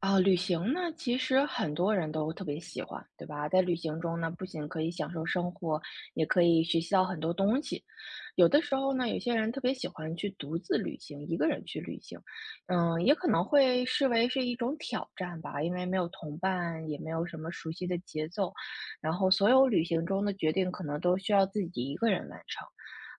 啊，旅行呢，其实很多人都特别喜欢，对吧？在旅行中呢，不仅可以享受生活，也可以学习到很多东西。有的时候呢，有些人特别喜欢去独自旅行，一个人去旅行，也可能会视为是一种挑战吧，因为没有同伴，也没有什么熟悉的节奏，然后所有旅行中的决定可能都需要自己一个人完成。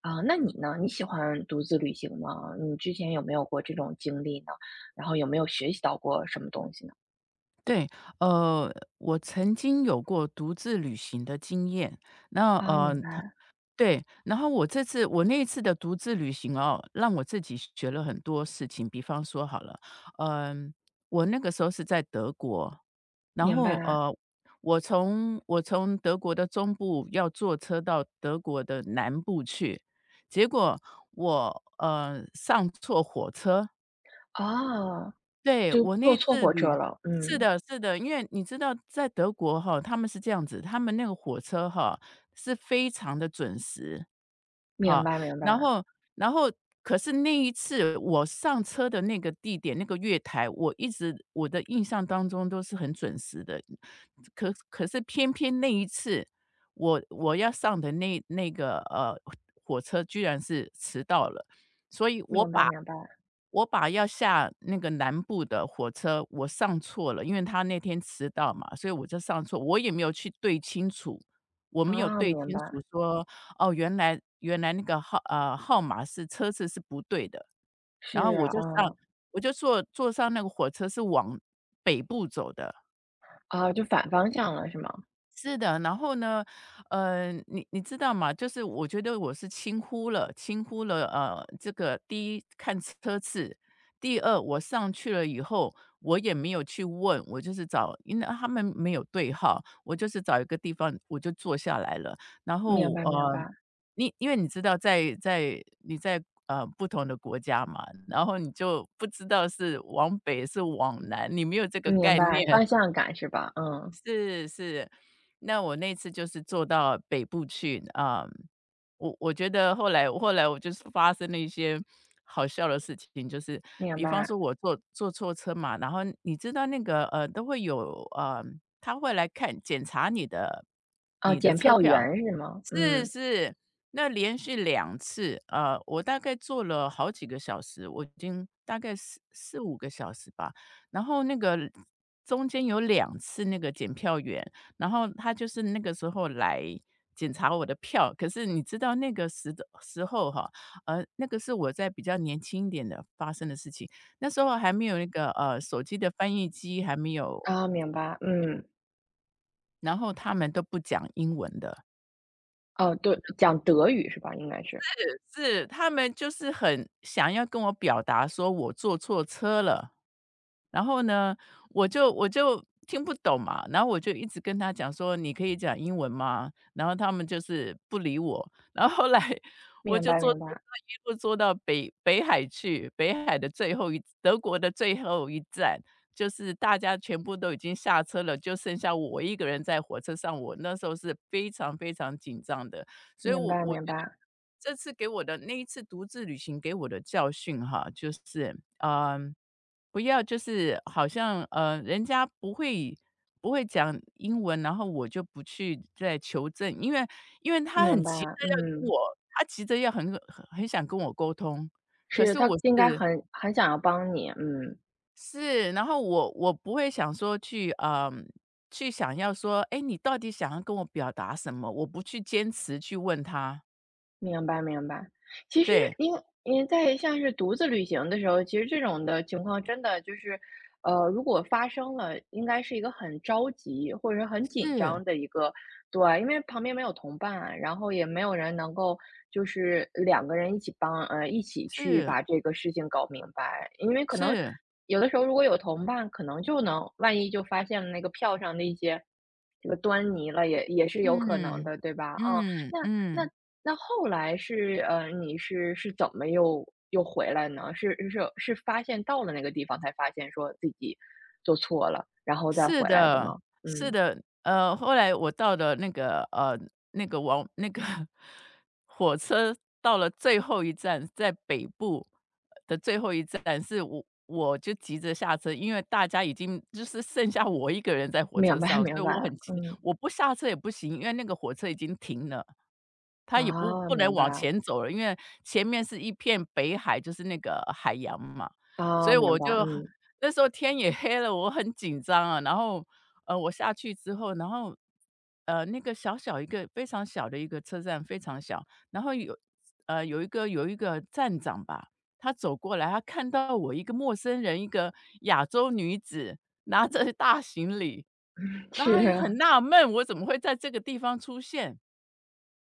啊，那你呢？你喜欢独自旅行吗？你之前有没有过这种经历呢？然后有没有学习到过什么东西呢？对，呃，我曾经有过独自旅行的经验。那啊，呃，明它白，对，然后我那一次的独自旅行哦，让我自己学了很多事情。比方说好了，嗯、我那个时候是在德国，然明后白。我从德国的中部要坐车到德国的南部去，结果我上错火车，哦，对，就我那坐一错次火旅车了，是嗯，的，是的，因为你知道在德国哈，他们是这样子，他们那个火车哈，是非常的准时，明哈，白明然白，后然后可是那一次我上车的那个地点，那个月台，我一直我的印象当中都是很准时的，可是偏偏那一次，我要上的那个，火车居然是迟到了，所以我明白把明白，我把要下那个南部的火车，我上错了，因为他那天迟到嘛，所以我就上错，我也没有去对清楚，我没有啊，对明清白，楚说，哦，原来那个号码是车次是不对的，然后是啊，嗯，我就坐上那个火车是往北部走的。啊，就反方向了是吗？是的，然后呢，你知道吗？就是我觉得我是轻忽了，轻忽了，这个第一看车次，第二我上去了以后，我也没有去问，我就是找，因为他们没有对号，我就是找一个地方我就坐下来了，然后明白明白，因为你知道在不同的国家嘛，然后你就不知道是往北是往南，你没有这个明概白，念，方向感是吧？嗯，是，是，那我那次就是坐到北部去。啊，我觉得后来我就是发生了一些好笑的事情。就是明比方白，说我坐错车嘛，然后你知道那个都会有，他会来检查你的啊，你的检车票票，员是吗？是，嗯，是，那连续两次，我大概坐了好几个小时，我已经大概四五个小时吧，然后那个中间有两次那个检票员，然后他就是那个时候来检查我的票。可是你知道那个时候哈，那个是我在比较年轻一点的发生的事情，那时候还没有那个，手机的翻译机还没有，啊，明白，嗯，然后他们都不讲英文的。哦，对，讲德语是吧？应该是，是，他们就是很想要跟我表达说我坐错车了。然后呢，我就听不懂嘛，然后我就一直跟他讲说：“你可以讲英文吗？”然后他们就是不理我，然后后来我明就白坐明坐坐白，一路坐到北海去，北海的最后一德国的最后一站，就是大家全部都已经下车了，就剩下我一个人在火车上，我那时候是非常非常紧张的。所以明我白我觉明白，得这次给我的那一次独自旅行给我的教训哈，就是，不要就是好像，人家不会讲英文，然后我就不去再求证，因为他很明白，急着要跟嗯。我他急着要很想跟我沟通，可是，是他我应该是，很很想要帮你，嗯。是，然后我不会想说去，去想要说，哎，你到底想要跟我表达什么？我不去坚持去问他，明白明白。其实对，因为在像是独自旅行的时候，其实这种的情况真的就是，如果发生了，应该是一个很着急或者是很紧是。张的一个对啊，因为旁边没有同伴，然后也没有人能够就是两个人一起帮一起去是，把这个事情搞明白。因为可能是，有的时候如果有同伴，可能就能万一就发现了那个票上的一些这个端倪了，也是有可能嗯，的，对吧？嗯，嗯，那嗯。那那后来是，你是怎么又回来呢？是发现到了那个地方才发现说自己做错了，然后再是回来的的，吗？是嗯，的，后来我到了那个呃，那个往那个 火车到了最后一站，在北部的最后一站，我就急着下车，因为大家已经就是剩下我一个人在火明车白上，所明以我白，很急的嗯，我不下车也不行，因为那个火车已经停了。它也不啊，不能明往白，前走了，因为前面是一片北海，就是那个海洋嘛，所啊，以明白，嗯，那时候天也 黑了，我很紧张啊。然后，我下去之后，然后，那个小小一个非常小的一个车站，非常小。然后有，有一个站长吧，他走过来，他看到我一个陌生人，一个亚洲女子拿着大行李，然后他也很是，纳闷，我怎么会在这个地方出现？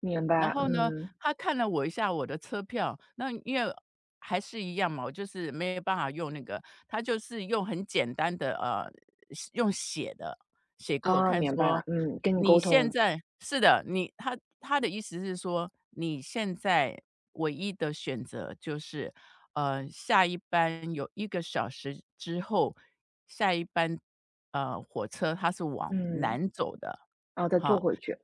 明然白，后呢，嗯，他看了我一下我的车票，那因为还是一样嘛，我就是没有办法用那个，他就是用很简单的，是用写的，写给我啊，看明白，说，嗯，跟你你沟现通，在是的，他的意思是说，你现在唯一的选择就是，下一班有一个小时之后，下一班火车它是往嗯，南走的，然后再哈，坐回去，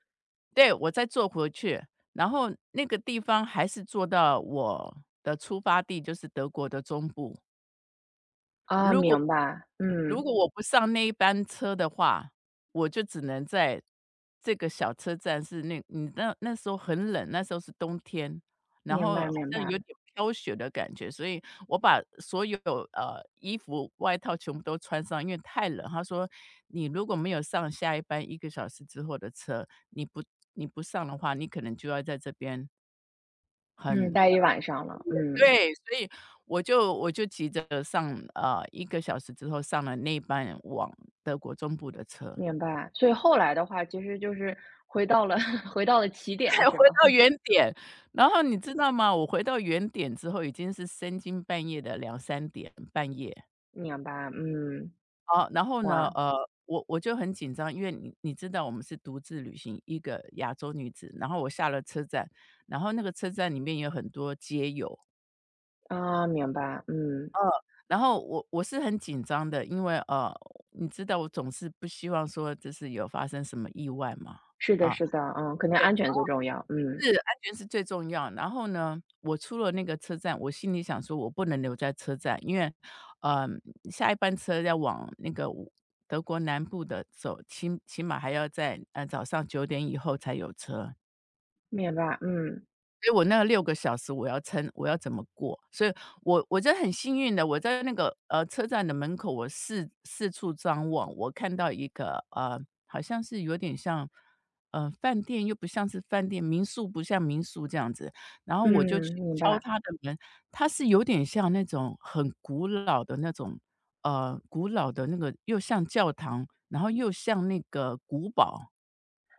对，我再坐回去。然后那个地方还是坐到我的出发地，就是德国的中部。啊，如果明白，嗯，如果我不上那一班车的话，我就只能在这个小车站是那你那那时候很冷，那时候是冬天，然明后白好明像白，有点飘雪的感觉，所以我把所有衣服、外套全部都穿上，因为太冷。他说：“你如果没有上下一班一个小时之后的车，你不上的话，你可能就要在这边嗯，很待一晚上了，嗯。对，所以我就急着上一个小时之后上了那班往德国中部的车，明白，所以后来的话，其实就是回到了 回到了起 点，才回是吧？到 原点。然后你知道吗？我回到原点之后已经是深更半夜的2、3点，半夜。明白，嗯，哦，然后呢，哇，我就很紧张，因为你知道我们是独自旅行，一个亚洲女子。然后我下了车站，然后那个车站里面有很多街友，啊，明白，嗯，嗯，然后我是很紧张的，因为，你知道我总是不希望说就是有发生什么意外嘛，是的，啊，是的，嗯，肯定安全最重要，嗯，对，是安全是最重要。然后呢，我出了那个车站，我心里想说我不能留在车站，因为，嗯，下一班车要往那个我德国南部的走，起码还要在，早上9点以后才有车。明白，嗯所以我那6个小时我要撑，我要怎么过？所以我真的很幸运的，我在那个，车站的门口，我四处张望，我看到一个，好像是有点像，饭店又不像是饭店，民宿不像民宿这样子，然后我就去嗯，明敲白，他的门，他是有点像那种很古老的那种，古老的那个又像教堂，然后又像那个古堡。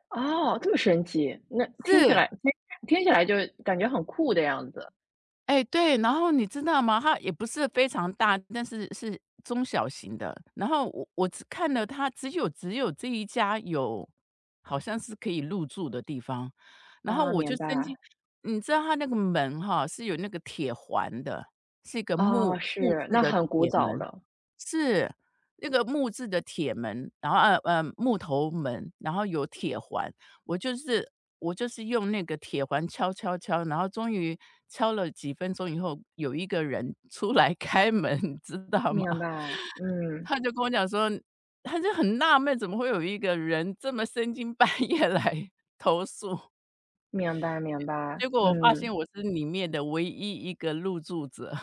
哦，这么神奇，那听起是。来听起来就感觉很酷的样子哎，对，然后你知道吗？它也不是非常大，但是是中小型的。然后我只看了它只有这一家有，好像是可以入住的地方。然后啊，我就明伸白，进你知道它那个门哈，是有那个铁环的，是一个哦，木木是，质那的很古铁早门。了，是，那个木质的铁门，然后木头门，然后有铁环，我就是我就是用那个铁环敲敲敲，然后终于敲了几分钟以后，有一个人 出来开门，你知道吗？明白，嗯，他就跟我讲说，他就很纳闷，怎么会有一个人这么深更半夜 来投诉？明白，明白，结果我发嗯。现我是里面的唯一一个入住者，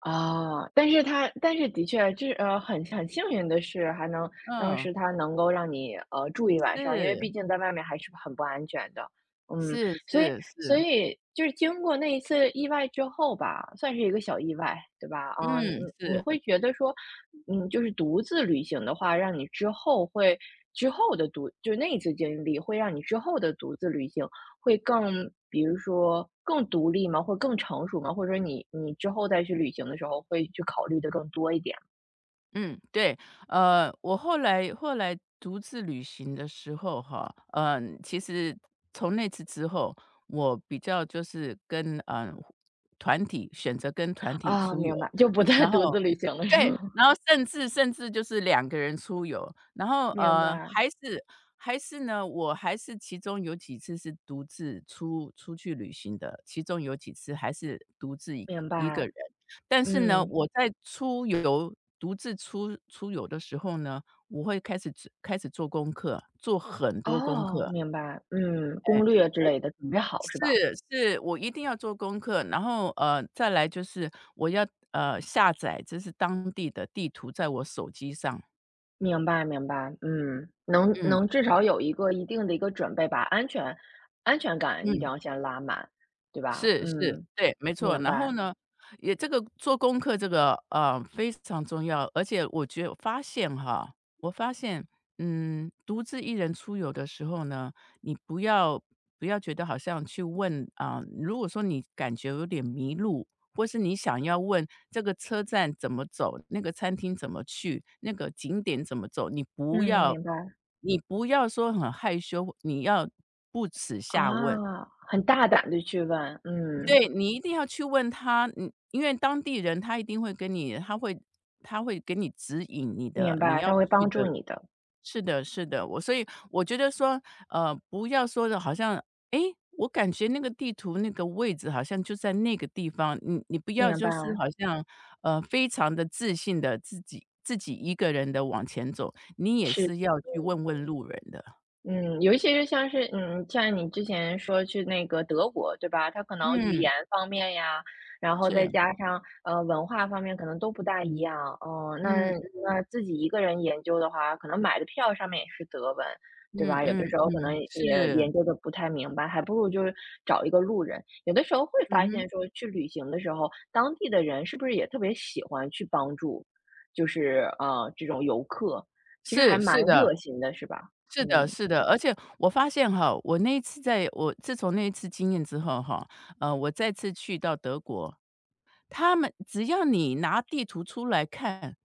啊，但是他但是的确，就是很幸运的是，还能当嗯，时他能够让你住一晚上，因为是，毕竟在外面还是很不安全的。嗯，是所以是所是，以就是经过那一次意外之后吧，算是一个小意外，对吧？啊，嗯嗯，你是。会觉得说，嗯，就是独自旅行的话，让你之后会之后的独，就是那一次经历会让你之后的独自旅行会更比如说更独立吗？会更成熟吗？或者说你之后再去旅行的时候会去考虑的更多一点吗？嗯，对，我后来独自旅行的时候哈，嗯，其实从那次之后，我比较就是跟团体选择跟团体啊，出游，明白，就不再 然 独自后旅行了是对，吗？然后甚至就是两个人出游，然后，明白，还是还是呢，我还是其中有几次是独自出去旅行的，其中有几次还是独自一个明一个白，人。但是呢，嗯，我在出游独自出游的时候呢，我会开始做功课，做很多功哦，课，明白，嗯，哎。攻略之类的准备好是吧？是是，我一定要做功课，然后，再来就是我要，下载这是当地的地图在我手机上，明白，明白，嗯，能嗯能至少有一个一定的一个准备把安全安全感一定嗯。要先拉满，对吧？是是，嗯，对，没错。明然后白，呢，也这个做功课这个，非常重要，而且我觉得发现哈，我发现，嗯，独自一人出游的时候呢，你不要觉得好像去问啊，如果说你感觉有点迷路，或是你想要问这个车站怎么走，那个餐厅怎么去，那个景点怎么走，你不嗯，要明白，你不要说很害羞，你要不耻下问。啊，很大胆的去问，嗯。对，你一定要去问他，嗯，因为当地人他一定会跟你他会他会给你指引你的明你白，要他会去帮的助你的，是的是的，我所以我觉得说，不要说的好像，诶，我感觉那个地图那个位置好像就在那个地方，你你不要明白，就是好像，非常的自信的自己一个人的往前走，你也是，是要去嗯问问路人的。嗯，尤其是像是嗯，像你之前说去那个德国，对吧？它可能语嗯，言方面呀，然后是，再加上文化方面，可能都不大一样。嗯、那嗯，那自己一个人研究的话，可能买的票上面也是德文，对嗯吧？有的嗯时候可能嗯，是，也研究的不太明白，还不如就是找一个路人。有的时候会嗯发哼，现说，去旅行的时候，当地的人是不是也特别喜欢去帮助，就是这种游客，其实还是，蛮是的。热心的，是吧？是的，嗯。是的，而且我发现哈，我那一次在我自从那一次经验之后哈，我再次去到德国，他们只要你拿地图出来看，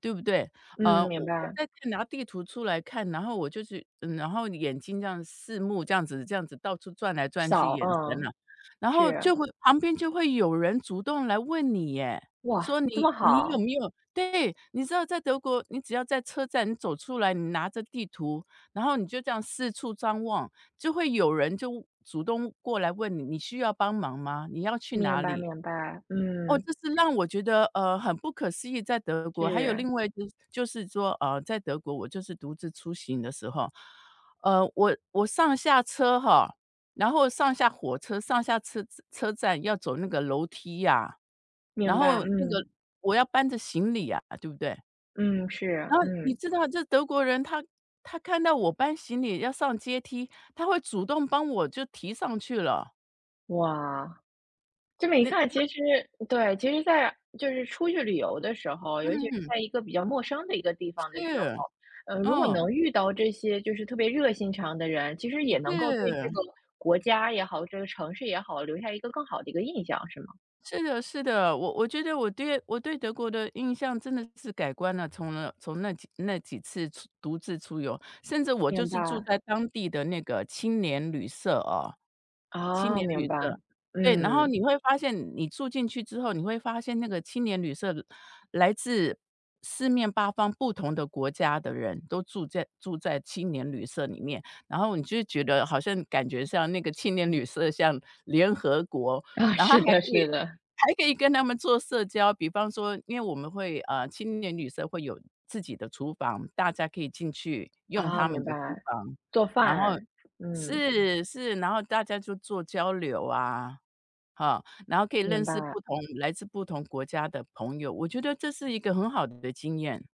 对不对？嗯，明我我白，在看拿地图出来看，然后我就去嗯，然后眼睛这样四目这样子到处转来转去，扫，眼神嗯，啊，然后是，就会旁边就会有人主动来问你耶，说哇，这你么你有好，没有对，你知道在德国，你只要在车站你走出来，你拿着地图，然后你就这样四处张望，就会有人就主动过来问你，你需要帮忙吗？你要去哪明白里？明白，哦，嗯，这是让我觉得，很不可思议，在德国。还有是，另外就是说，在德国我就是独自出行的时候，我我上下车哈，然后上下火车、上下车车站要走那个楼梯呀，然明白，后那个嗯，我要搬着行李呀，对不对？嗯，是，然后你嗯，知道这德国人他他看到我搬行李要上阶梯，他会主动帮我就提上去了。哇，这么一那看，其实对，其实在就是出去旅游的时候，尤其是嗯，在一个比较陌生的一个地是，方的时候，嗯，如果嗯，能遇到这些就是特别热心肠的人，其实也能够对这是。个国家也好，这个城市也好，留下一个更好的一个印象，是吗？是的，是的，我我觉得我对我对德国的印象真的是改观了，从了从那几次出独自出游，甚至我就明是住白，在当地的那个青年旅社哦，青啊，年旅明白，社，对，然后嗯。你会发现你住进去之后，你会发现那个青年旅社来自四面八方不同的国家的人都住在住在青年旅社里面，然后你就觉得好像感觉像那个青年旅社像联合国，啊，然后是还可的以是的，还可以跟他们做社交，比方说，因为我们会青年旅社会有自己的厨房，大家可以进去用啊，他们明的厨白，房，做然后饭，嗯，是是，然后大家就做交流啊，哈，然后可以认明识不白，同来自不同国家的朋友，我觉得这是一个很好的经验。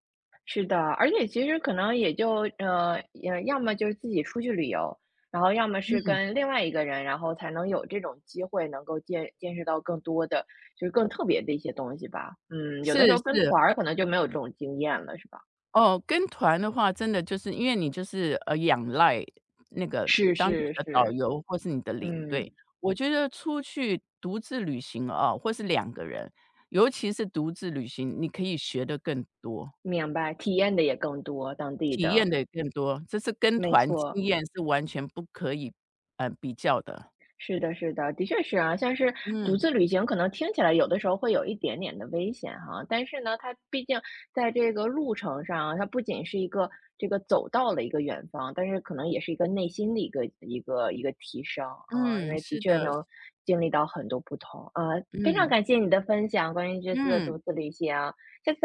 是的，而且其实可能也就，呃，要么就是自己出去旅游，然后要么是嗯，跟另外一个人，然后才能有这种机会能够见识到更多的，就是更特别的一些东西吧。嗯，有的时是候跟是。团儿可能就没有这种经验了，是吧？哦，跟团的话，真的就是因为你就是，仰赖那个是当地是的导是，游或是你的领嗯，队。我觉得出去独自旅行啊，或是两个人，尤其是独自旅行，你可以学的更多，明白，体验的也更多，当地体的，验的更多，这是跟没团经错。验是完全不可以，比较的。是的，是的，的确是啊，像是独嗯，自旅行，可能听起来有的时候会有一点点的危险哈，但是呢，它毕竟在这个路程上啊，它不仅是一个这个走到了一个远方，但是可能也是一个内心的一个一个提升啊，因嗯，为的是确的，能经历到很多不同啊，非常嗯，感谢你的分享，关于这次的嗯，独自旅行。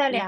谢谢